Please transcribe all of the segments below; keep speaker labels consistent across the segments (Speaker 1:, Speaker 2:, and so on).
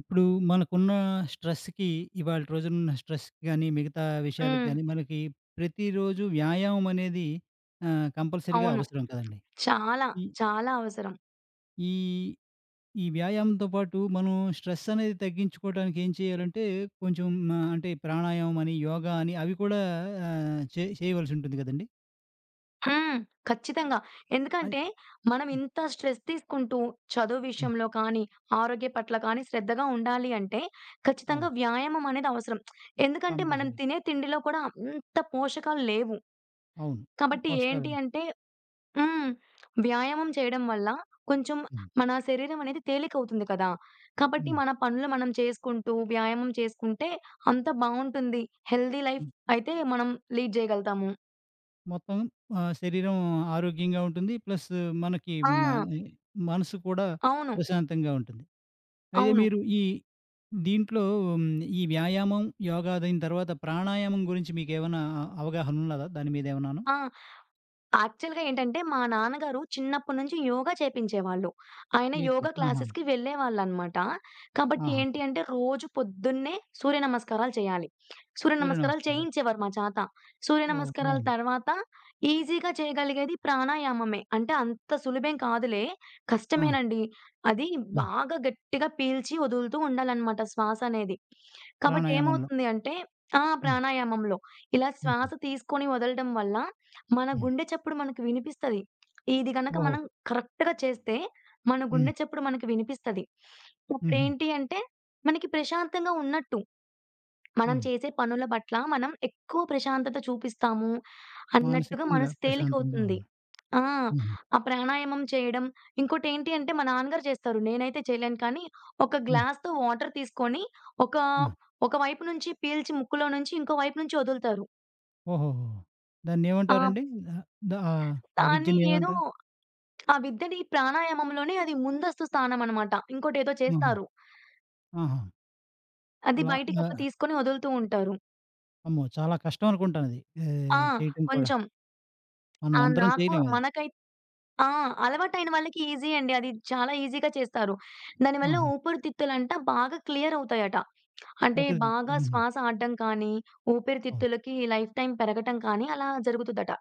Speaker 1: ఇప్పుడు మనకున్న స్ట్రెస్‌కి ఇవాళ రోజునున్న స్ట్రెస్‌కి గాని, మిగతా విషయాలకు
Speaker 2: హ్మ్.
Speaker 1: గాని, మనకి ప్రతిరోజు వ్యాయామం అనేది కంపల్సరీగా
Speaker 2: అవును.
Speaker 1: అవసరం కదండీ!
Speaker 2: చాలా,
Speaker 1: ఈ
Speaker 2: చాలా అవసరం.
Speaker 1: ఈ ఈ వ్యాయామంతో పాటు మనం స్ట్రెస్ అనేది తగ్గించుకోవడానికి ఏం చేయాలంటే, కొంచెం అంటే ప్రాణాయామం అని, యోగా అని అవి కూడా చేయవలసి ఉంటుంది కదండీ!
Speaker 2: హ్మ్. ఖచ్చితంగా.
Speaker 1: అది
Speaker 2: ఎందుకంటే, మనం
Speaker 1: హ్మ్.
Speaker 2: ఇంత స్ట్రెస్ తీసుకుంటూ చదువు
Speaker 1: హ్మ్.
Speaker 2: విషయంలో కానీ, ఆరోగ్య పట్ల కానీ శ్రద్ధగా ఉండాలి అంటే, ఖచ్చితంగా
Speaker 1: అవును.
Speaker 2: వ్యాయామం అనేది అవసరం. ఎందుకంటే, మనం
Speaker 1: కంపల్సరీ.
Speaker 2: తినే తిండిలో కూడా అంత పోషకాలు లేవు.
Speaker 1: అవును.
Speaker 2: కాబట్టి
Speaker 1: పోషకాలు
Speaker 2: ఏంటి అంటే హ్మ్. వ్యాయామం చేయడం వల్ల కొంచెం
Speaker 1: హ్మ్.
Speaker 2: మన శరీరం అనేది తేలికవుతుంది కదా! కాబట్టి
Speaker 1: హ్మ్.
Speaker 2: మన పనులు మనం చేసుకుంటూ, వ్యాయామం చేసుకుంటే అంత బావుంటుంది. హెల్తీ లైఫ్ అయితే మనం లీడ్ జేయగలుగుతాము.
Speaker 1: మొత్తం శరీరం ఆరోగ్యంగా ఉంటుంది. ప్లస్ మనకి
Speaker 2: ఆ!
Speaker 1: మ మనసు కూడా
Speaker 2: అవును.
Speaker 1: ప్రశాంతంగా ఉంటుంది. అయితే
Speaker 2: అవును.
Speaker 1: మీరు ఈ దీంట్లో హ్మ్, ఈ వ్యాయామం, యోగా దీని తర్వాత ప్రాణాయామం గురించి మీకేమైనా అవగాహన ఉన్నదా? దాని మీద ఏమన్నాను?
Speaker 2: ఆ! యాక్చువల్‌గా ఏంటంటే, మా నాన్నగారు చిన్నప్పటి నుంచి యోగా చేపించేవాళ్ళు. ఆయన యోగా
Speaker 1: మీతోటి ఆహా!
Speaker 2: క్లాసెస్‌కి వెళ్ళేవాళ్ళనమాట. కాబట్టి
Speaker 1: ఆహా!
Speaker 2: ఏంటి అంటే, రోజు పొద్దున్నే సూర్య నమస్కారాలు చేయాలి. సూర్య
Speaker 1: సూర్య
Speaker 2: నమస్కారాలు
Speaker 1: నమస్కారాలు.
Speaker 2: చేయించేవారు మా చేత. సూర్య
Speaker 1: ఓహ్!
Speaker 2: నమస్కారాల
Speaker 1: బావుంది.
Speaker 2: తర్వాత ఈజీగా చేయగలిగేది ప్రాణాయామమే. అంటే అంత సులభేం కాదులే,
Speaker 1: ఆ!
Speaker 2: కష్టమేనండి. అది
Speaker 1: ఆ!
Speaker 2: బాగా గట్టిగా పీల్చి వదులుతూ ఉండాలనమాట శ్వాస అనేది. కాబట్టి
Speaker 1: ప్రాణాయామంలో.
Speaker 2: ఏమవుతుంది అంటే ఆ!
Speaker 1: హ్మ్.
Speaker 2: ప్రాణాయామంలో ఇలా
Speaker 1: హుహు.
Speaker 2: శ్వాస తీసుకొని వదలడం వల్ల మన
Speaker 1: హ్మ్.
Speaker 2: గుండె చప్పుడు మనకు వినిపిస్తది. ఇది గనక
Speaker 1: ఓహో!
Speaker 2: మనం కరెక్ట్‌గా చేస్తే మన
Speaker 1: హ్మ్.
Speaker 2: గుండె చప్పుడు మనకు వినిపిస్తది.
Speaker 1: హుహు.
Speaker 2: అప్పుడేంటి అంటే మనకి ప్రశాంతంగా ఉన్నట్టు. మనం
Speaker 1: హ్మ్.
Speaker 2: చేసే పనుల పట్ల మనం ఎక్కువ ప్రశాంతత చూపిస్తాము అన్నట్టుగా
Speaker 1: మానసికంగా
Speaker 2: మనసు
Speaker 1: ప్రశాంతంగా
Speaker 2: తేలికవుతుంది.
Speaker 1: ఉన్నా.
Speaker 2: ఆ!
Speaker 1: హుహు.
Speaker 2: ఆ ప్రాణాయామం చేయడం ఇంకోటేంటి అంటే మా నాన్నగారు చేస్తారు. నేనైతే చేయలేను కానీ ఒక
Speaker 1: హ్మ్.
Speaker 2: గ్లాస్‌తో వాటర్ తీసుకొని ఒక
Speaker 1: ఆ!
Speaker 2: ఒక వైపు నుంచి పీల్చి ముక్కులో నుంచి ఇంకో వైపు నుంచి వదులుతారు.
Speaker 1: ఓహోహో!
Speaker 2: ఆ!
Speaker 1: దాన్నేమంటారండి? ఆహ్, ద ఆహ్, ఆ
Speaker 2: దాన్ని ఏదో
Speaker 1: విద్యనేమంటారు?
Speaker 2: ఆ! విద్యని ప్రాణాయామంలోనే అది ముందస్తు స్థానం అనమాట. ఇంకోటేదో
Speaker 1: ఆహా!
Speaker 2: చేస్తారు.
Speaker 1: ఆహా!
Speaker 2: అది
Speaker 1: అలా
Speaker 2: బయటికి
Speaker 1: ఆ!
Speaker 2: అట్లా తీసుకొని వదులుతూ ఉంటారు.
Speaker 1: అమ్మో! చాలా కష్టం అనుకుంటానది. ఏ
Speaker 2: ఆ!
Speaker 1: చేయటం కూడా.
Speaker 2: కొంచెం.
Speaker 1: మనం
Speaker 2: ఆ!
Speaker 1: అందరం
Speaker 2: నాకు
Speaker 1: చేయలేమది.
Speaker 2: మనకై ఆ! అలవాటైన వాళ్ళకి ఈజీ అండి. అది చాలా ఈజీగా చేస్తారు. దానివల్ల
Speaker 1: ఆహా!
Speaker 2: ఊపిరితిత్తులంట బాగా క్లియర్ అవుతాయట. అంటే
Speaker 1: ఊపిరితిత్తులు
Speaker 2: బాగా
Speaker 1: హ్మ్.
Speaker 2: శ్వాస ఆడడం కానీ,
Speaker 1: అవును.
Speaker 2: ఊపిరితిత్తులకి లైఫ్ టైమ్ పెరగటం కానీ అలా జరుగుతదట.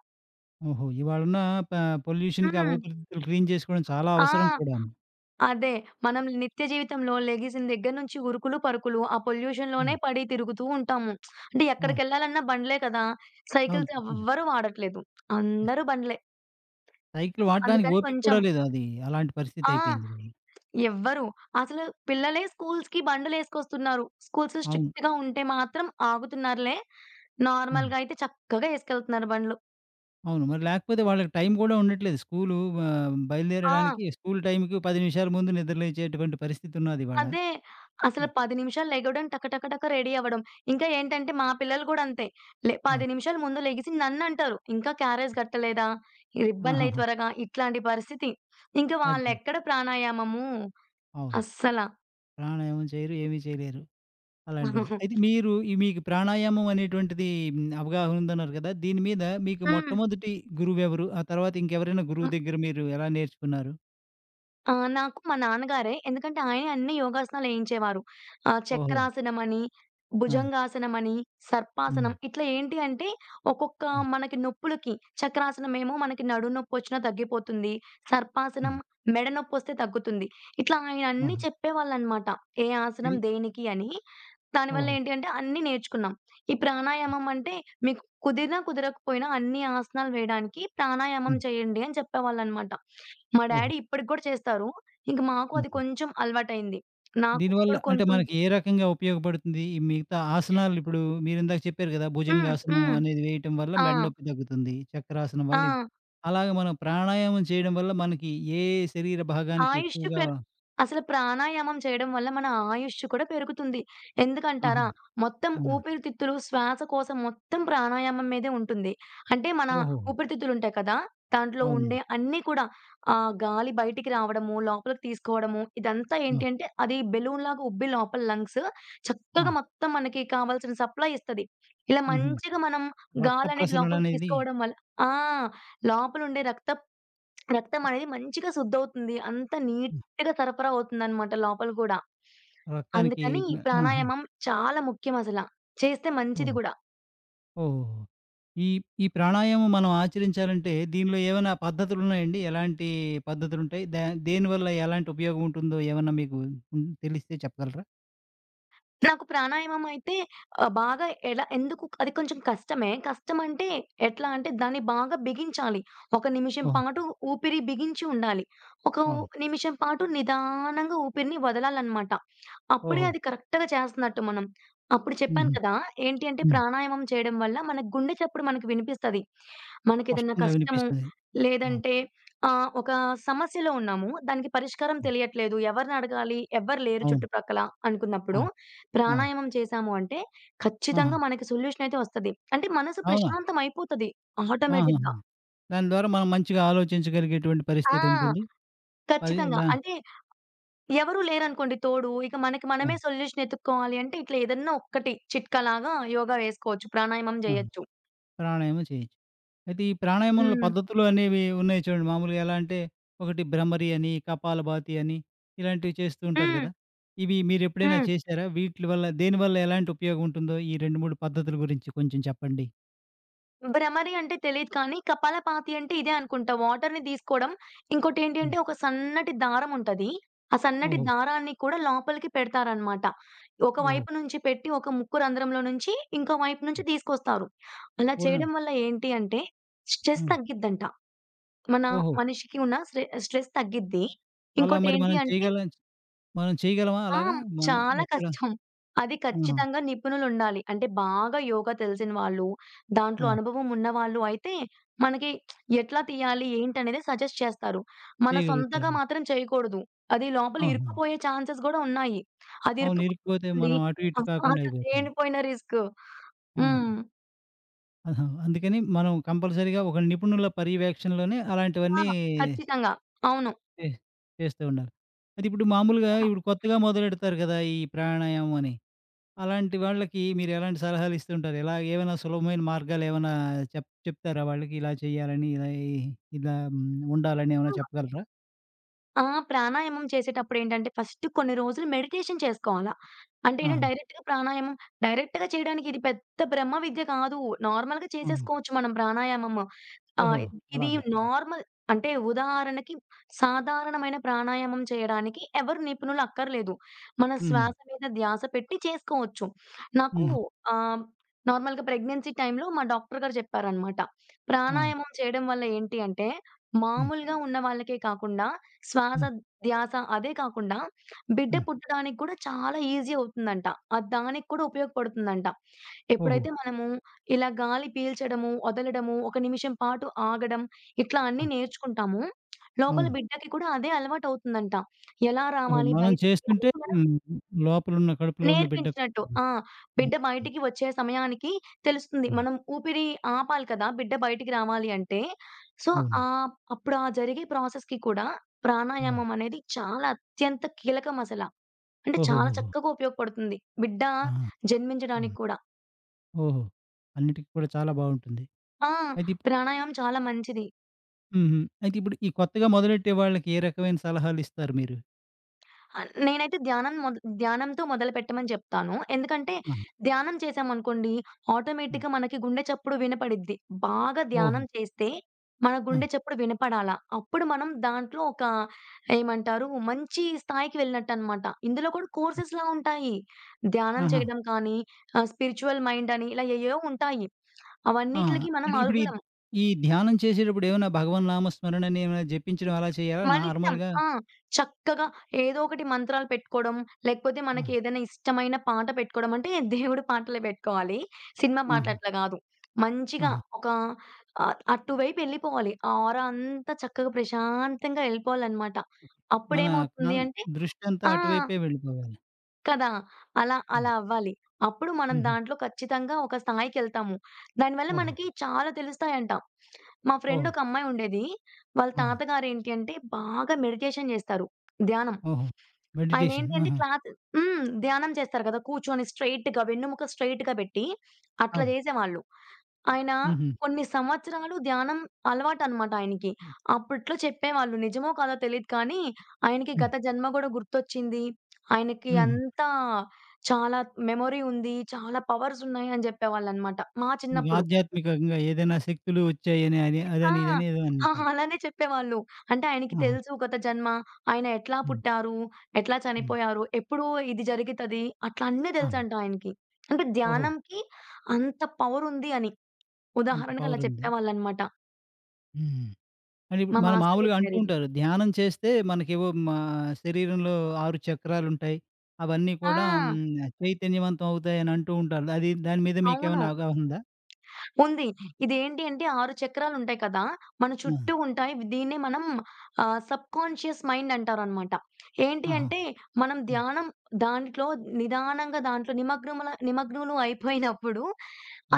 Speaker 1: ఓహో! ఇవాళున్న ప పొల్యూషన్‌కి ఆ
Speaker 2: హ్మ్.
Speaker 1: ఊపిరితిత్తులు క్లీన్ చేసుకోవడం చాలా అవసరం
Speaker 2: ఆ!
Speaker 1: కూడాను.
Speaker 2: అదే. మనం నిత్య జీవితంలో లెగిసిన దగ్గర నుంచి ఉరుకులు, పరుకులు ఆ పొల్యూషన్‌లోనే
Speaker 1: అవును.
Speaker 2: పడి తిరుగుతూ ఉంటాము. అంటే
Speaker 1: అవును.
Speaker 2: ఎక్కడికెళ్ళాలన్నా బండ్లే కదా!
Speaker 1: అవును.
Speaker 2: సైకిల్స్
Speaker 1: తప్పకుండా.
Speaker 2: ఎవ్వరు వాడట్లేదు.
Speaker 1: యెస్.
Speaker 2: అందరూ బండ్లే.
Speaker 1: సైకిల్ వాడడానికి
Speaker 2: అందుకని
Speaker 1: ఓపిక
Speaker 2: కొంచెం
Speaker 1: కూడా లేదు అది. అలాంటి
Speaker 2: ఆ!
Speaker 1: పరిస్థితయిపోయింది.
Speaker 2: ఎవ్వరు. అసలు పిల్లలే స్కూల్స్‌కి బండులేసుకొస్తున్నారు. స్కూల్స్
Speaker 1: అవును.
Speaker 2: స్ట్రిక్ట్‌గా ఉంటే మాత్రం ఆగుతున్నారులే.
Speaker 1: హ్మ్.
Speaker 2: నార్మల్‌గా అయితే చక్కగా ఏసుకెళ్తున్నారు బండ్లు.
Speaker 1: అవును. మరి లేకపోతే వాళ్ళకి టైం గూడా ఉండట్లేదు. స్కూలు
Speaker 2: ఆ!
Speaker 1: బయలుదేరడానికి స్కూల్ టైంకి 10 నిమిషాల ముందు నిద్రలేచేటువంటి పరిస్థితి ఉన్నదివాళ.
Speaker 2: అదే. అసలు 10 నిమిషాలు లెగవడం టక టక టక రెడీ అవ్వడం. ఇంకా ఏంటంటే మా పిల్లలు గూడా అంతే. 10
Speaker 1: అవును.
Speaker 2: నిమిషాలు ముందు లెగిసి నన్నంటారు. ఇంకా క్యారేజ్ కట్టలేదా? రిబ్బన్‌లెయి
Speaker 1: ఆహాహా!
Speaker 2: త్వరగా ఇట్లాంటి పరిస్థితి. ఇంకా
Speaker 1: అదే.
Speaker 2: వాళ్ళెక్కడ ప్రాణాయామము
Speaker 1: అవును.
Speaker 2: అస్సల.
Speaker 1: ప్రాణాయామం చేయరు, ఏమీ చేయలేరు. అలాంటి పరిస్థితి. అయితే మీరు ఈ మీకు ప్రాణాయామం అనేటువంటిది హ్మ్, అవగాహన ఉందన్నారు కదా! దీని మీద మీకు
Speaker 2: హ్మ్.
Speaker 1: మొట్టమొదటి గురువెవరు? ఆ తర్వాత ఇంకెవరైనా గురువు దగ్గర మీరు ఎలా నేర్చుకున్నారు?
Speaker 2: ఆ! నాకు మా నాన్నగారే. ఎందుకంటే ఆయనే అన్ని యోగాసనాలు ఏయించేవారు.
Speaker 1: ఓహో!
Speaker 2: చక్రాసనమని,
Speaker 1: ఆ!
Speaker 2: భుజంగాసనమని, సర్పాసనం
Speaker 1: హ్మ్.
Speaker 2: ఇట్లా ఏంటి అంటే ఒక్కొక్క
Speaker 1: ఆ!
Speaker 2: మనకి నొప్పులకి చక్రాసనమేమో మనకి నడుము నొప్పొచ్చినా తగ్గిపోతుంది. సర్పాసనం
Speaker 1: హ్మ్.
Speaker 2: మెడ నొప్పొస్తే తగ్గుతుంది. ఇట్లా ఆయన అన్నీ
Speaker 1: ఆహా!
Speaker 2: చెప్పేవాళ్ళనమాట. ఏ ఆసనం
Speaker 1: ఇది
Speaker 2: దేనికి అని. దానివల్ల
Speaker 1: ఓహో!
Speaker 2: ఏంటి అంటే అన్నీ నేర్చుకున్నాం. ఈ ప్రాణాయామం అంటే మీకు కుదిరినా, కుదరకపోయినా అన్ని ఆసనాలు వేయడానికి ప్రాణాయామం
Speaker 1: హ్మ్.
Speaker 2: చేయండి అని చెప్పేవాళ్ళనమాట. మా
Speaker 1: ఓహో!
Speaker 2: డ్యాడీ ఇప్పటికి కూడా చేస్తారు. ఇంక మాకు అది
Speaker 1: హ్మ్.
Speaker 2: కొంచెం అలవాటయింది. నాకు
Speaker 1: దీనివల్ల
Speaker 2: ఇప్పుడు
Speaker 1: అంటే
Speaker 2: కొంచెం
Speaker 1: మనకి ఏ రకంగా ఉపయోగపడుతుంది? ఈ మిగతా ఆసనాలు ఇప్పుడు మీరిందాక చెప్పారు కదా!
Speaker 2: హ్మ్.
Speaker 1: భుజంగాసనం
Speaker 2: హ్మ్.
Speaker 1: అనేది వేయటం వల్ల
Speaker 2: ఆ!
Speaker 1: మెడ నొప్పి తగ్గుతుంది. చక్రాసనం
Speaker 2: ఆ!
Speaker 1: వల్ల ఇది. అలాగే మనం ప్రాణాయామం చేయడం వల్ల మనకి ఏ శరీర భాగానికి
Speaker 2: ఆయుష్షు
Speaker 1: ఎక్కువగా
Speaker 2: పెర్ అసలు ప్రాణాయామం చేయడం వల్ల మన ఆయుష్షు కూడా పెరుగుతుంది.
Speaker 1: ఆహా!
Speaker 2: ఎందుకంటారా? మొత్తం
Speaker 1: ఆ!
Speaker 2: ఊపిరితిత్తులు, శ్వాసకోశం మొత్తం ప్రాణాయామం మీదే ఉంటుంది. అంటే మన
Speaker 1: ఓహో!
Speaker 2: ఊపిరితిత్తులుంటాయి కదా! దాంట్లో ఉండే
Speaker 1: అవునండి.
Speaker 2: అన్నీ కూడా గాలి బయటికి రావడము, లోపలికి తీసుకోవడము ఇదంతా
Speaker 1: అవును.
Speaker 2: ఏంటి అంటే అది బెలూన్‌లాగా ఉబ్బి లోపల లంగ్స్
Speaker 1: ఆ!
Speaker 2: చక్కగా మొత్తం మనకి కావాల్సిన సప్లై ఇస్తది. ఇలా
Speaker 1: హుహు.
Speaker 2: మంచిగా మనం
Speaker 1: రక్త
Speaker 2: గాలనేది
Speaker 1: ప్రసరణ
Speaker 2: లోపలికి
Speaker 1: అనేది
Speaker 2: తీసుకోవడం వల్ల ఆ! లోపలుండే రక్తం అనేది మంచిగా శుద్ధవుతుంది. అంతా నీట్‌గా సరఫరా అవుతుందనమాట లోపల గూడా.
Speaker 1: రక్తానికి
Speaker 2: అందుకని
Speaker 1: ఆహా!
Speaker 2: ప్రాణాయామం చాలా ముఖ్యం అసల. చేస్తే మంచిది
Speaker 1: ఓహ్!
Speaker 2: గూడా.
Speaker 1: ఓహోహో! ఈ ఈ ప్రాణాయామం మనం ఆచరించాలంటే దీనిలో ఏమైనా పద్ధతులున్నాయండి? ఎలాంటి పద్ధతులుంటాయి? దేనివల్ల ఎలాంటి ఉపయోగం ఉంటుందో ఏమన్నా మీకు హ్మ్, తెలిస్తే చెప్పగలరా?
Speaker 2: నాకు ప్రాణాయామం అయితే బాగా ఎలా ఎందుకు అది కొంచెం కష్టమే. కష్టమంటే ఎట్లా అంటే దాన్ని బాగా బిగించాలి. ఒక నిమిషం
Speaker 1: ఓహో!
Speaker 2: పాటు ఊపిరి బిగించి ఉండాలి. ఒక ఉ
Speaker 1: అవును.
Speaker 2: నిమిషం పాటు నిదానంగా ఊపిరిని వదలాలన్నమాట. అప్పుడే
Speaker 1: ఓహో!
Speaker 2: అది కరెక్ట్‌గా చేస్తున్నట్టు మనం. అప్పుడు చెప్పాను
Speaker 1: హుహు.
Speaker 2: కదా! ఏంటి అంటే
Speaker 1: హ్మ్.
Speaker 2: ప్రాణాయామం చేయడం వల్ల మన గుండె చప్పుడు మనకు వినిపిస్తది. మనకేదన్నా
Speaker 1: స్పష్టంగా
Speaker 2: కష్టము
Speaker 1: వినిపిస్తుంది. అవును.
Speaker 2: లేదంటే ఒక సమస్యలో ఉన్నాము. దానికి పరిష్కారం
Speaker 1: హ్మ్.
Speaker 2: తెలియట్లేదు. ఎవరిని అడగాలి? ఎవ్వరు లేరు
Speaker 1: అవును.
Speaker 2: చుట్టుప్రక్కల
Speaker 1: ఆ!
Speaker 2: అనుకున్నప్పుడు
Speaker 1: ఆ!
Speaker 2: ప్రాణాయామం చేశాము అంటే,
Speaker 1: ఆహా!
Speaker 2: ఖచ్చితంగా మనకి సొల్యూషన్ అయితే వస్తది. అంటే మనసు
Speaker 1: అవునా?
Speaker 2: ప్రశాంతం అయిపోతది
Speaker 1: ఆహాహా!
Speaker 2: ఆటోమేటిక్‌గా.
Speaker 1: దాని ద్వారా మనం మంచిగా ఆలోచించగలిగేటువంటి
Speaker 2: ఆ!
Speaker 1: పరిస్థితుంటుంది. మరి
Speaker 2: ఖచ్చితంగా. అంటే ఎవరు లేరనుకోండి తోడు, ఇక మనకి
Speaker 1: ఆ!
Speaker 2: మనమే సొల్యూషన్ ఎతుక్కోవాలి అంటే ఇట్లా ఏదన్నా ఒక్కటి చిట్కాలాగా యోగా వేసుకోవచ్చు. ప్రాణాయామం
Speaker 1: ఆ!
Speaker 2: జేయొచ్చు.
Speaker 1: ప్రాణాయామం చేయొచ్చు. అయితే ఈ ప్రాణాయామంలో
Speaker 2: హ్మ్.
Speaker 1: పద్ధతులు అనేవి ఉన్నాయి చూడండి. మామూలుగా ఎలా అంటే ఒకటి భ్రమరి అని, కపాలభాతి అని ఇలాంటివి చేస్తూ ఉంటారు
Speaker 2: హ్మ్.
Speaker 1: కదా! ఇవి మీరెప్పుడైనా
Speaker 2: హ్మ్.
Speaker 1: చేశారా? వీట్లి వల్ల దేనివల్ల ఎలాంటి ఉపయోగం ఉంటుందో ఈ 2, 3 పద్ధతుల గురించి కొంచెం చెప్పండి?
Speaker 2: భ్రమరి అంటే తెలీదు కానీ, కపాలపాతి అంటే ఇదే అనుకుంటా. వాటర్‌ని తీసుకోవడం, ఇంకోటేంటి
Speaker 1: హ్మ్.
Speaker 2: అంటే ఒక సన్నటి దారం ఉంటది. ఆ సన్నటి
Speaker 1: ఓహో!
Speaker 2: దారాన్ని కూడా లోపలికి పెడతారనమాట. ఒక
Speaker 1: ఓహో!
Speaker 2: వైపు నుంచి పెట్టి, ఒక ముక్కు రంధ్రంలో నుంచి, ఇంకో వైపు నుంచి
Speaker 1: హ్మ్.
Speaker 2: తీసుకొస్తారు. అలా
Speaker 1: పూర్ణ
Speaker 2: చేయడం వల్ల ఏంటి అంటే, స్ట్రెస్
Speaker 1: హ్మ్.
Speaker 2: తగ్గిద్దంట. మన
Speaker 1: ఓహో!
Speaker 2: మనిషికి ఉన్న స్ట్రెస్ తగ్గిద్ది.
Speaker 1: అలా మరి
Speaker 2: ఇంకోటేంటి అంటే
Speaker 1: మనం చేయగలమా
Speaker 2: ఆ!
Speaker 1: అలాగా? మన
Speaker 2: చాలా
Speaker 1: ఎక్కడ
Speaker 2: కష్టం. అది
Speaker 1: ఆహా!
Speaker 2: ఖచ్చితంగా నిపుణులుండాలి. అంటే బాగా యోగా తెలిసిన వాళ్ళు, దాంట్లో
Speaker 1: ఆ!
Speaker 2: అనుభవం ఉన్నవాళ్ళు అయితే మనకి ఎట్లా తీయాలి, ఏంటనేది సజెస్ట్ చేస్తారు. మన సొంతగా
Speaker 1: చేయగలుగుతారండి.
Speaker 2: మాత్రం చేయకూడదు. అది లోపల
Speaker 1: ఆహా!
Speaker 2: ఇరుక్కుపోయే ఛాన్సెస్ గూడా ఉన్నాయి. అది
Speaker 1: అవును. ఇరుక్కుపోతే
Speaker 2: ఇరుక్కుపోయిందనుకోండి
Speaker 1: మనం అటు ఇటు కాకుండా
Speaker 2: అసలు
Speaker 1: అయిపోతుంది.
Speaker 2: లేనిపోయిన రిస్క్.
Speaker 1: ఆ!
Speaker 2: హ్మ్.
Speaker 1: ఆహా! అందుకని మనం కంపల్సరీగా ఒక నిపుణుల పర్యవేక్షణలోనే
Speaker 2: ఆ!
Speaker 1: అలాంటివన్నీ
Speaker 2: ఖచ్చితంగా. అవును.
Speaker 1: చే చేస్తూ ఉండాలి. అయితే ఇప్పుడు మామూలుగా ఇప్పుడు కొత్తగా మొదలెడతారు కదా! ఈ ప్రాణాయామం అని. అలాంటి వాళ్ళకి మీరు ఎలాంటి సలహాలు ఇస్తూ ఉంటారు? ఎలా ఏమైనా సులభమైన మార్గాలు ఏమైనా చెప్తారా వాళ్ళకి? ఇలా చేయాలని, ఇలా ఈ ఇలా హ్మ్, ఉండాలని ఏమైనా చెప్పగలరా?
Speaker 2: ఆ! ప్రాణాయామం చేసేటప్పుడేంటంటే, ఫస్ట్ కొన్ని రోజులు మెడిటేషన్ చేసుకోవాలా. అంటే నేను
Speaker 1: ఆహా!
Speaker 2: డైరెక్ట్‌గా ప్రాణాయామం డైరెక్ట్‌గా చేయడానికి ఇది పెద్ద బ్రహ్మ విద్య కాదు. నార్మల్‌గా
Speaker 1: ఆహా!
Speaker 2: చేసేసుకోవచ్చు మనం ప్రాణాయామము.
Speaker 1: ఓహో!
Speaker 2: ఆహ్, ఇది
Speaker 1: అలాగా.
Speaker 2: నార్మల్ అంటే ఉదాహరణకి సాధారణమైన ప్రాణాయామం చేయడానికి ఎవరు నిపుణులు అక్కర్లేదు. మన
Speaker 1: హుహు.
Speaker 2: శ్వాస మీద ధ్యాస పెట్టి చేసుకోవచ్చు. నాకు
Speaker 1: హుహు.
Speaker 2: ఆహ్, నార్మల్‌గా ప్రెగ్నెన్సీ టైమ్‌లో మా డాక్టర్ గారు చెప్పారనమాట.
Speaker 1: ఆ!
Speaker 2: ప్రాణాయామం చేయడం వల్ల ఏంటి అంటే,
Speaker 1: హ్మ్.
Speaker 2: మామూలుగా ఉన్న వాళ్ళకే కాకుండా శ్వాస,
Speaker 1: హ్మ్.
Speaker 2: ధ్యాస అదే కాకుండా బిడ్డ
Speaker 1: ఆ!
Speaker 2: పుట్టడానికి కూడా చాలా ఈజీ అవుతుందంట. అది దానికి కూడా ఉపయోగపడుతుందంట.
Speaker 1: ఓహో!
Speaker 2: ఎప్పుడైతే మనము ఇలా గాలి పీల్చడము, వదలడము, ఒక నిమిషం పాటు ఆగడం ఇట్లా
Speaker 1: ఆ!
Speaker 2: అన్నీ నేర్చుకుంటామో, లోపల
Speaker 1: అవును.
Speaker 2: బిడ్డకి కూడా అదే అలవాటవుతుందంట. ఎలా
Speaker 1: ఓహో!
Speaker 2: రావాలి
Speaker 1: మనం
Speaker 2: బయటికి అనేది
Speaker 1: చేస్తుంటే హ్మ్. లోపలున్న కడుపులో ఉన్న బిడ్డకు
Speaker 2: నేర్పించినట్టు. ఆ!
Speaker 1: హ్మ్.
Speaker 2: బిడ్డ బయటికి వచ్చే సమయానికి తెలుస్తుంది.
Speaker 1: హ్మ్.
Speaker 2: మనం ఊపిరి ఆపాలి కదా! బిడ్డ బయటికి రావాలి అంటే. సో,
Speaker 1: అవును.
Speaker 2: ఆహ్, అప్పుడు ఆ జరిగే ప్రాసెస్‌కి కూడా
Speaker 1: అవును.
Speaker 2: ప్రాణాయామం అనేది చాలా అత్యంత కీలకం అసల. అంటే చాలా
Speaker 1: ఓహోహోహో!
Speaker 2: చక్కగా ఉపయోగపడుతుంది. బిడ్డ
Speaker 1: ఆహా!
Speaker 2: జన్మించడానికి
Speaker 1: హ్మ్.
Speaker 2: కూడా.
Speaker 1: ఓహో! అన్నిటికి కూడా చాలా బావుంటుంది.
Speaker 2: ఆ!
Speaker 1: అయితే ఇప్
Speaker 2: ప్రాణాయామం చాలా మంచిది.
Speaker 1: హుహు. అయితే ఇప్పుడు ఈ కొత్తగా మొదలెట్టే వాళ్ళకి ఏ రకమైన సలహాలిస్తారు మీరు?
Speaker 2: ఆ! నేనైతే ధ్యానంతో మొదలుపెట్టమని చెప్తాను. ఎందుకంటే,
Speaker 1: ఆ!
Speaker 2: ధ్యానం చేశామనుకోండి
Speaker 1: ఆ!
Speaker 2: ఆటోమేటిక్‌గా మనకి గుండె చప్పుడు వినపడిద్ది. బాగా
Speaker 1: ఓహో!
Speaker 2: ధ్యానం చేస్తే మన
Speaker 1: ఆ!
Speaker 2: గుండె చప్పుడు వినపడాల. అప్పుడు మనం దాంట్లో ఒక ఏమంటారు మంచి స్థాయికి వెళ్ళినట్టనమాట. ఇందులో కూడా
Speaker 1: హ్మ్.
Speaker 2: కోర్సెస్‌లా ఉంటాయి. ధ్యానం
Speaker 1: ఆహా!
Speaker 2: చేయడం కానీ, స్పిరిచ్యువల్ మైండ్ అని ఇలా ఏయేవో ఉంటాయి.
Speaker 1: ఆ!
Speaker 2: అవన్నిట్లకి మనం
Speaker 1: అంటే ఇప్పుడు ఈ
Speaker 2: అర్హులం.
Speaker 1: ఈ ధ్యానం చేసేటప్పుడు ఏమైనా భగవన్ నామస్మరణని ఏమైనా జపించడం అలా చేయాలా?
Speaker 2: మనిష్టం.
Speaker 1: నార్మల్‌గా
Speaker 2: ఆ! చక్కగా ఏదో ఒకటి మంత్రాలు పెట్టుకోవడం, లేకపోతే
Speaker 1: ఆ!
Speaker 2: మనకి ఏదైనా ఇష్టమైన పాట పెట్టుకోవడం అంటే దేవుడి పాటలే పెట్టుకోవాలి. సినిమా పాటలు
Speaker 1: ఆహా!
Speaker 2: అట్లా గాదు. మంచిగా
Speaker 1: ఆహా!
Speaker 2: ఒక అటువైపు ఎళ్ళిపోవాలి. ఆ ఆరా అంతా చక్కగా ప్రశాంతంగా ఎళ్ళిపోవాలన్నమాట.
Speaker 1: మన న
Speaker 2: అప్పుడేమవుతుంది అంటే
Speaker 1: దృష్టంతా
Speaker 2: ఆ!
Speaker 1: అటువైపే వెళ్ళిపోవాలి.
Speaker 2: కదా! అలా,
Speaker 1: ఆ!
Speaker 2: అలా అవ్వాలి. అప్పుడు మనం
Speaker 1: హుహు.
Speaker 2: దాంట్లో ఖచ్చితంగా ఒక స్థాయికెళ్తాము. దానివల్ల
Speaker 1: ఓహో!
Speaker 2: మనకి చాలా తెలుస్తాయంట. మా ఫ్రెండ్
Speaker 1: ఓహో!
Speaker 2: ఒక అమ్మాయి ఉండేది. వాళ్ళ
Speaker 1: ఆ!
Speaker 2: తాతగారేంటి అంటే బాగా మెడిటేషన్ జేస్తారు. ధ్యానం.
Speaker 1: ఓహో! మెడిటేషన్.
Speaker 2: ఆయనేంటంటే
Speaker 1: ఆహా!
Speaker 2: క్లాస్ హ్మ్. ధ్యానం చేస్తారు కదా! కూర్చొని స్ట్రెయిట్‌గా వెన్నుముక స్ట్రెయిట్‌గా పెట్టి అట్లా
Speaker 1: అవును.
Speaker 2: జేసేవాళ్ళు. ఆయన
Speaker 1: హుహు.
Speaker 2: కొన్ని సంవత్సరాలు ధ్యానం అలవాటనమాట ఆయనకి. అప్పట్లో చెప్పేవాళ్ళు నిజమో కాదో తెలీదు కానీ, ఆయనకి
Speaker 1: హ్మ్.
Speaker 2: గత జన్మ గూడా గుర్తొచ్చింది. ఆయనకి
Speaker 1: హుహు.
Speaker 2: అంతా చాలా మెమొరీ ఉంది. చాలా పవర్స్ ఉన్నాయి అని జెప్పేవాళ్ళనమాట మా
Speaker 1: ఇంక
Speaker 2: చిన్నప్పుడు.
Speaker 1: ఆధ్యాత్మికంగా ఏదైనా శక్తులు వచ్చాయని అని,
Speaker 2: ఆ!
Speaker 1: అదని ఇదని ఏదో
Speaker 2: ఆ!
Speaker 1: అంటారు.
Speaker 2: అలానే చెప్పేవాళ్ళు. అంటే ఆయనకి
Speaker 1: ఆహా!
Speaker 2: తెలుసు గత జన్మ, ఆయన ఎట్లా
Speaker 1: హ్మ్.
Speaker 2: పుట్టారు, ఎట్లా
Speaker 1: హ్మ్.
Speaker 2: చనిపోయారు, ఎప్పుడు ఇది జరుగుతది అట్లా అన్నీ
Speaker 1: ఆహా!
Speaker 2: తెలుసంట ఆయనకి. అంటే
Speaker 1: ఓహో!
Speaker 2: ధ్యానంకి అంత పవరుంది అని.
Speaker 1: అంత
Speaker 2: ఉదాహరణకు అలా
Speaker 1: పవర్ ఉంది.
Speaker 2: చెప్పేవాళ్ళనమాట.
Speaker 1: హ్మ్. అంటే
Speaker 2: మా
Speaker 1: ఇప్పుడు మనం
Speaker 2: మాస్టర్
Speaker 1: మామూలుగా అంటూ
Speaker 2: జెప్పారిది.
Speaker 1: ఉంటారు. ధ్యానం చేస్తే మనకేవో మా శరీరంలో 6 చక్రాలుంటాయి. అవన్నీ
Speaker 2: ఆ!
Speaker 1: కూడా హ్మ్, చైతన్యవంతం అవుతాయని అంటూ ఉంటారు. అది దాని మీద
Speaker 2: అవును.
Speaker 1: మీకేమైనా అవగాహన ఉందా?
Speaker 2: ఉంది. ఇదేంటి అంటే 6 చక్రాలుంటాయి కదా! మన
Speaker 1: ఆ!
Speaker 2: చుట్టూ ఉంటాయి. దీన్నే మనం సబ్‌కాన్షియస్ మైండ్ అంటారనమాట. ఏంటి
Speaker 1: ఆహా!
Speaker 2: అంటే మనం
Speaker 1: హ్మ్.
Speaker 2: ధ్యానం దాంట్లో నిదానంగా దాంట్లో నిమగ్నులు అయిపోయినప్పుడు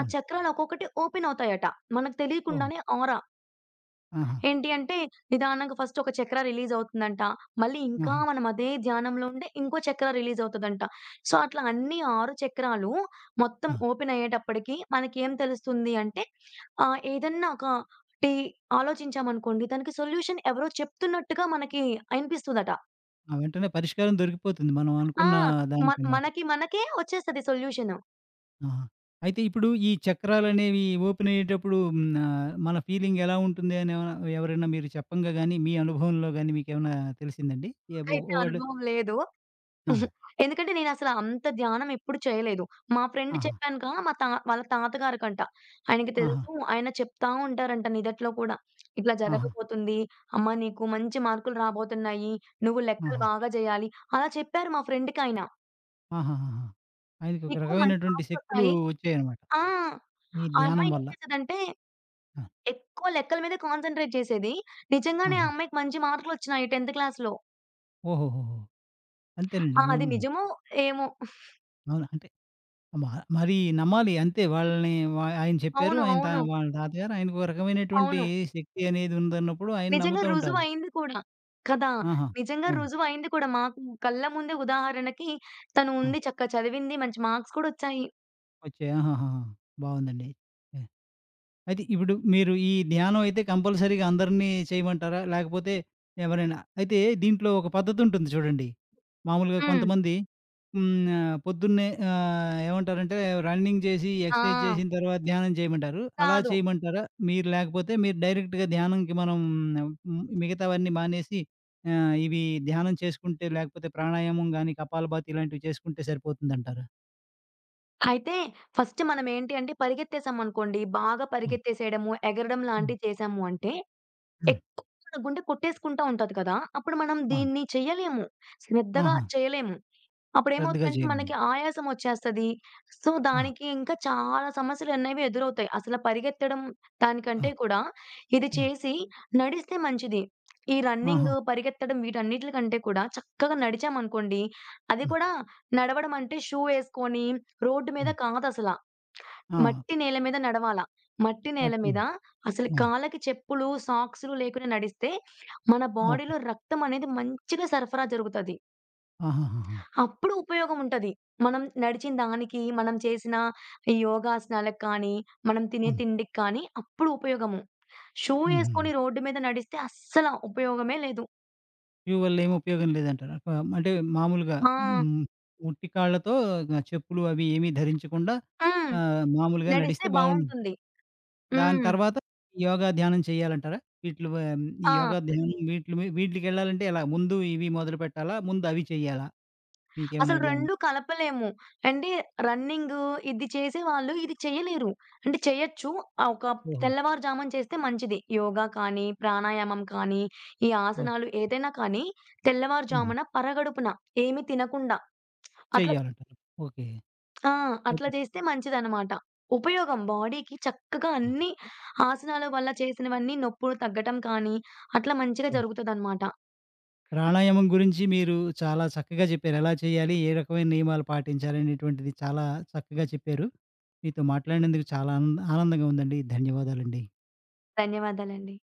Speaker 2: ఆ చక్రాలు ఒక్కొక్కటి ఓపెన్ అవుతాయట. మనకు
Speaker 1: ఓహో!
Speaker 2: తెలియకుండానే ఆరా
Speaker 1: ఆహా!
Speaker 2: ఏంటి అంటే నిదానంగా ఫస్ట్ ఒక చక్ర రిలీజ్ అవుతుందంట. మళ్ళీ ఇంకా
Speaker 1: ఆహా!
Speaker 2: మనం అదే ధ్యానంలో ఉంటే ఇంకో చక్ర రిలీజ్ అవుతదంట. సో, అట్లా అన్ని 6 చక్రాలు మొత్తం
Speaker 1: ఆ!
Speaker 2: ఓపెన్ అయ్యేటప్పటికి మనకేం తెలుస్తుంది అంటే ఏదన్నా ఒక టి ఆలోచించామనుకోండి దానికి సొల్యూషన్ ఎవరో చెప్తున్నట్టుగా మనకి అనిపిస్తదట.
Speaker 1: ఆ! వెంటనే పరిష్కారం దొరికిపోతుంది. మనం
Speaker 2: ఆ!
Speaker 1: అనుకున్న
Speaker 2: మ
Speaker 1: దానికనమాట.
Speaker 2: మనకి మనకే వచ్చేస్తది సొల్యూషను.
Speaker 1: ఆహా! అయితే ఇప్పుడు ఈ చక్రాలనేవి ఓపెన్ అయ్యేటప్పుడు హ్మ్. మన ఫీలింగ్ ఎలా ఉంటుంది అని ఏమైనా ఎవరైనా మీరు చెప్పంగా గాని, మీ అనుభవంలో గాని మీకేమైనా తెలిసిందండి? ఏ ఒ
Speaker 2: నాకైతే
Speaker 1: ఒకడు
Speaker 2: అనుభవం లేదు.
Speaker 1: ఆ!
Speaker 2: ఎందుకంటే నేనసల అంత ధ్యానం ఎప్పుడు చేయలేదు. మా ఫ్రెండ్
Speaker 1: ఆహా!
Speaker 2: చెప్పానుగా మా తా వాళ్ళ తాతగారికంట. ఆయనకి
Speaker 1: ఆహా!
Speaker 2: తెలుసు. ఆయన చెప్తా ఉంటారంట నిదట్లో కూడా. "ఇట్లా
Speaker 1: ఆహా!
Speaker 2: జరగబోతుంది. అమ్మ నీకు మంచి మార్కులు రాబోతున్నాయి. నువ్వు లెక్కలు
Speaker 1: ఆహా!
Speaker 2: బాగా జేయాలి." అలా చెప్పారు మా ఫ్రెండ్‌కాయన.
Speaker 1: ఆహాహాహా! ఆయనకి ఒక
Speaker 2: "నీకు మంచి
Speaker 1: రకమైనటువంటి శక్తులు
Speaker 2: మార్క్సొస్తాయి."
Speaker 1: వచ్చాయన్నమాట.
Speaker 2: ఆ!
Speaker 1: ఈ
Speaker 2: ఆ
Speaker 1: ధ్యానం
Speaker 2: అమ్మాయి ఏం
Speaker 1: వల్ల.
Speaker 2: చేసేదంటే
Speaker 1: ఆ!
Speaker 2: ఎక్కువ లెక్కల మీద కాన్సంట్రేట్ చేసేది. నిజంగానే ఆ
Speaker 1: ఆహా!
Speaker 2: అమ్మాయికి మంచి మార్కులొచ్చినాయి 10థ్ క్లాస్‌లో.
Speaker 1: ఓహోహోహో! అంతేనండి.
Speaker 2: ఆ! అది
Speaker 1: అవును.
Speaker 2: నిజమో ఏమో!
Speaker 1: అవును. అంటే మ మరి నమ్మాలి అంతే. వాళ్ళని ఆయన చెప్పారు.
Speaker 2: అవును.
Speaker 1: ఆయన
Speaker 2: అవును.
Speaker 1: వాళ్ళ తాతగారు ఆయనకు ఒక రకమైనటువంటి
Speaker 2: అవును.
Speaker 1: శక్తి అనేది ఉందన్నప్పుడు ఆయన
Speaker 2: నిజంగా
Speaker 1: నమ్ముతూ ఉంటారు.
Speaker 2: రుజువయింది కూడా. కదా!
Speaker 1: ఆహా!
Speaker 2: నిజంగా
Speaker 1: అవును.
Speaker 2: రుజువయింది కూడా. మాకు కళ్ళ ముందే ఉదాహరణకి తను
Speaker 1: ఆ!
Speaker 2: ఉంది చక్కగా చదివింది. మంచి మార్క్స్ కూడా వచ్చాయి.
Speaker 1: వచ్చాయి. ఆహాహాహా! బావుందండి. యాహ్! అయితే ఇప్పుడు మీరు ఈ ధ్యానం అయితే కంపల్సరీగా అందరిని చేయమంటారా? లేకపోతే ఎవరైనా అయితే దీంట్లో ఒక పద్ధతుంటుంది చూడండి. మామూలుగా
Speaker 2: హ్మ్.
Speaker 1: కొంతమంది హ్మ్. పొద్దున్నే ఏమంటారంటే రన్నింగ్ చేసి, ఎక్సర్సైజ్
Speaker 2: ఆ!
Speaker 1: చేసిన తర్వాత ధ్యానం చేయమంటారు. అలా
Speaker 2: కాదు.
Speaker 1: చేయమంటారా? మీరు లేకపోతే మీరు డైరెక్ట్‌గా ధ్యానంకి మనం హ్మ్. మిగతావన్నీ మానేసి ఇవి ధ్యానం చేసుకుంటే లేకపోతే ప్రాణాయామం గాని, కపాలభాతి ఇలాంటివి చేసుకుంటే సరిపోతుందంటారా?
Speaker 2: అయితే ఫస్ట్ మనమేంటి అంటే పరిగెత్తేసామనుకోండి, బాగా
Speaker 1: అవును.
Speaker 2: పరిగెత్తేసేయడము, ఎగరడం
Speaker 1: హ్మ్.
Speaker 2: లాంటివి చేశాము అంటే
Speaker 1: ఆ!
Speaker 2: ఎక్కువ మన గుండె కొట్టేసుకుంటా ఉంటది కదా! అప్పుడు మనం
Speaker 1: అవును.
Speaker 2: దీన్ని చెయ్యలేము. శ్రద్ధగా
Speaker 1: ఆహా!
Speaker 2: చేయలేము.
Speaker 1: శ్రద్ధగా
Speaker 2: అప్పుడేమవుతుందంటే
Speaker 1: చేయాలి.
Speaker 2: మనకి ఆయాసం వచ్చేస్తది. సో,
Speaker 1: ఆ!
Speaker 2: దానికి ఇంకా చాలా సమస్యలనేవి ఎదురవుతాయి. అసల పరిగెత్తడం
Speaker 1: ఆ!
Speaker 2: దానికంటే కూడా ఇది
Speaker 1: ఆ!
Speaker 2: చేసి నడిస్తే మంచిది. ఈ రన్నింగ్,
Speaker 1: ఆహా!
Speaker 2: పరిగెత్తడం వీటన్నిట్లి కంటే కూడా చక్కగా నడిచామనుకోండి, అది
Speaker 1: ఆ!
Speaker 2: కూడా నడవడం అంటే షూ ఏసుకొని రోడ్డు మీద
Speaker 1: హ్మ్.
Speaker 2: కాదసల.
Speaker 1: ఆ!
Speaker 2: మట్టి నేల మీద నడవాల. మట్టి నేల మీద
Speaker 1: పట్టింది.
Speaker 2: అసలు
Speaker 1: ఆ!
Speaker 2: కాళ్ళకి చెప్పులు, సాక్సులు లేకుండా నడిస్తే మన
Speaker 1: ఓకే.
Speaker 2: బాడీలో రక్తం అనేది మంచిగా సరఫరా జరుగుతది.
Speaker 1: ఆహాహాహా!
Speaker 2: అప్పుడు ఉపయోగం ఉంటది. మనం నడిచిన దానికి, మనం చేసిన ఈ యోగాసనాలకు కానీ, మనం తినే
Speaker 1: అవును.
Speaker 2: తిండికి కానీ అప్పుడు ఉపయోగము. షూ ఏసుకొని
Speaker 1: హుహుహు.
Speaker 2: రోడ్డు మీద నడిస్తే అస్సల ఉపయోగమే లేదు.
Speaker 1: షూ వల్ల ఏమి ఉపయోగం లేదంటారు. అంటే మామూలుగా
Speaker 2: ఆ!
Speaker 1: హ్మ్. ఉట్టి కాళ్ళతో చెప్పులు అవి ఏమీ ధరించకుండా
Speaker 2: హ్మ్.
Speaker 1: మామూలుగా
Speaker 2: నడిస్తే
Speaker 1: నడిస్తే బావుండు
Speaker 2: బావుంటుంది.
Speaker 1: దాని
Speaker 2: హ్మ్.
Speaker 1: తర్వాత యోగా, ధ్యానం చేయాలంటారా? వీటిలో ఈ
Speaker 2: ఆ!
Speaker 1: యోగా, ధ్యానం వీటిలికెళ్ళాలంటే ఎలా? ముందు ఇవి మొదలుపెట్టాలా? ముందు అవి చేయాలా? మీకేమైనా
Speaker 2: అసలు
Speaker 1: ఐడియా ఉందా?
Speaker 2: 2 కలపలేము. అంటే రన్నింగు ఇది చేసేవాళ్ళు ఇది చేయలేరు. అంటే చేయొచ్చు. ఒక
Speaker 1: ఓహో!
Speaker 2: తెల్లవారుజామున చేస్తే మంచిది. యోగా కానీ, ప్రాణాయామం కానీ, ఈ
Speaker 1: ఓహ్!
Speaker 2: ఆసనాలు ఏదైనా కానీ
Speaker 1: హుహు.
Speaker 2: తెల్లవారుజామున పరగడుపున ఏమి తినకుండా అట్లా
Speaker 1: చెయ్యాలంటారు. ఓకే.
Speaker 2: ఆ! అట్లా
Speaker 1: అయితే
Speaker 2: చేస్తే మంచిదనమాట. ఉపయోగం బాడీకి చక్కగా అన్ని ఆసనాల వల్ల చేసినవన్నీ నొప్పులు తగ్గటం కానీ, అట్లా మంచిగా
Speaker 1: అవును.
Speaker 2: జరుగుతదనమాట.
Speaker 1: ప్రాణాయామం గురించి మీరు చాలా చక్కగా చెప్పారు. ఎలా చేయాలి? ఏ రకమైన నియమాలు పాటించాలి? అనేటువంటిది చాలా చక్కగా చెప్పారు. మీతో మాట్లాడినందుకు చాలా ఆనందంగా ఉందండి. ధన్యవాదాలండి.
Speaker 2: ధన్యవాదాలండి.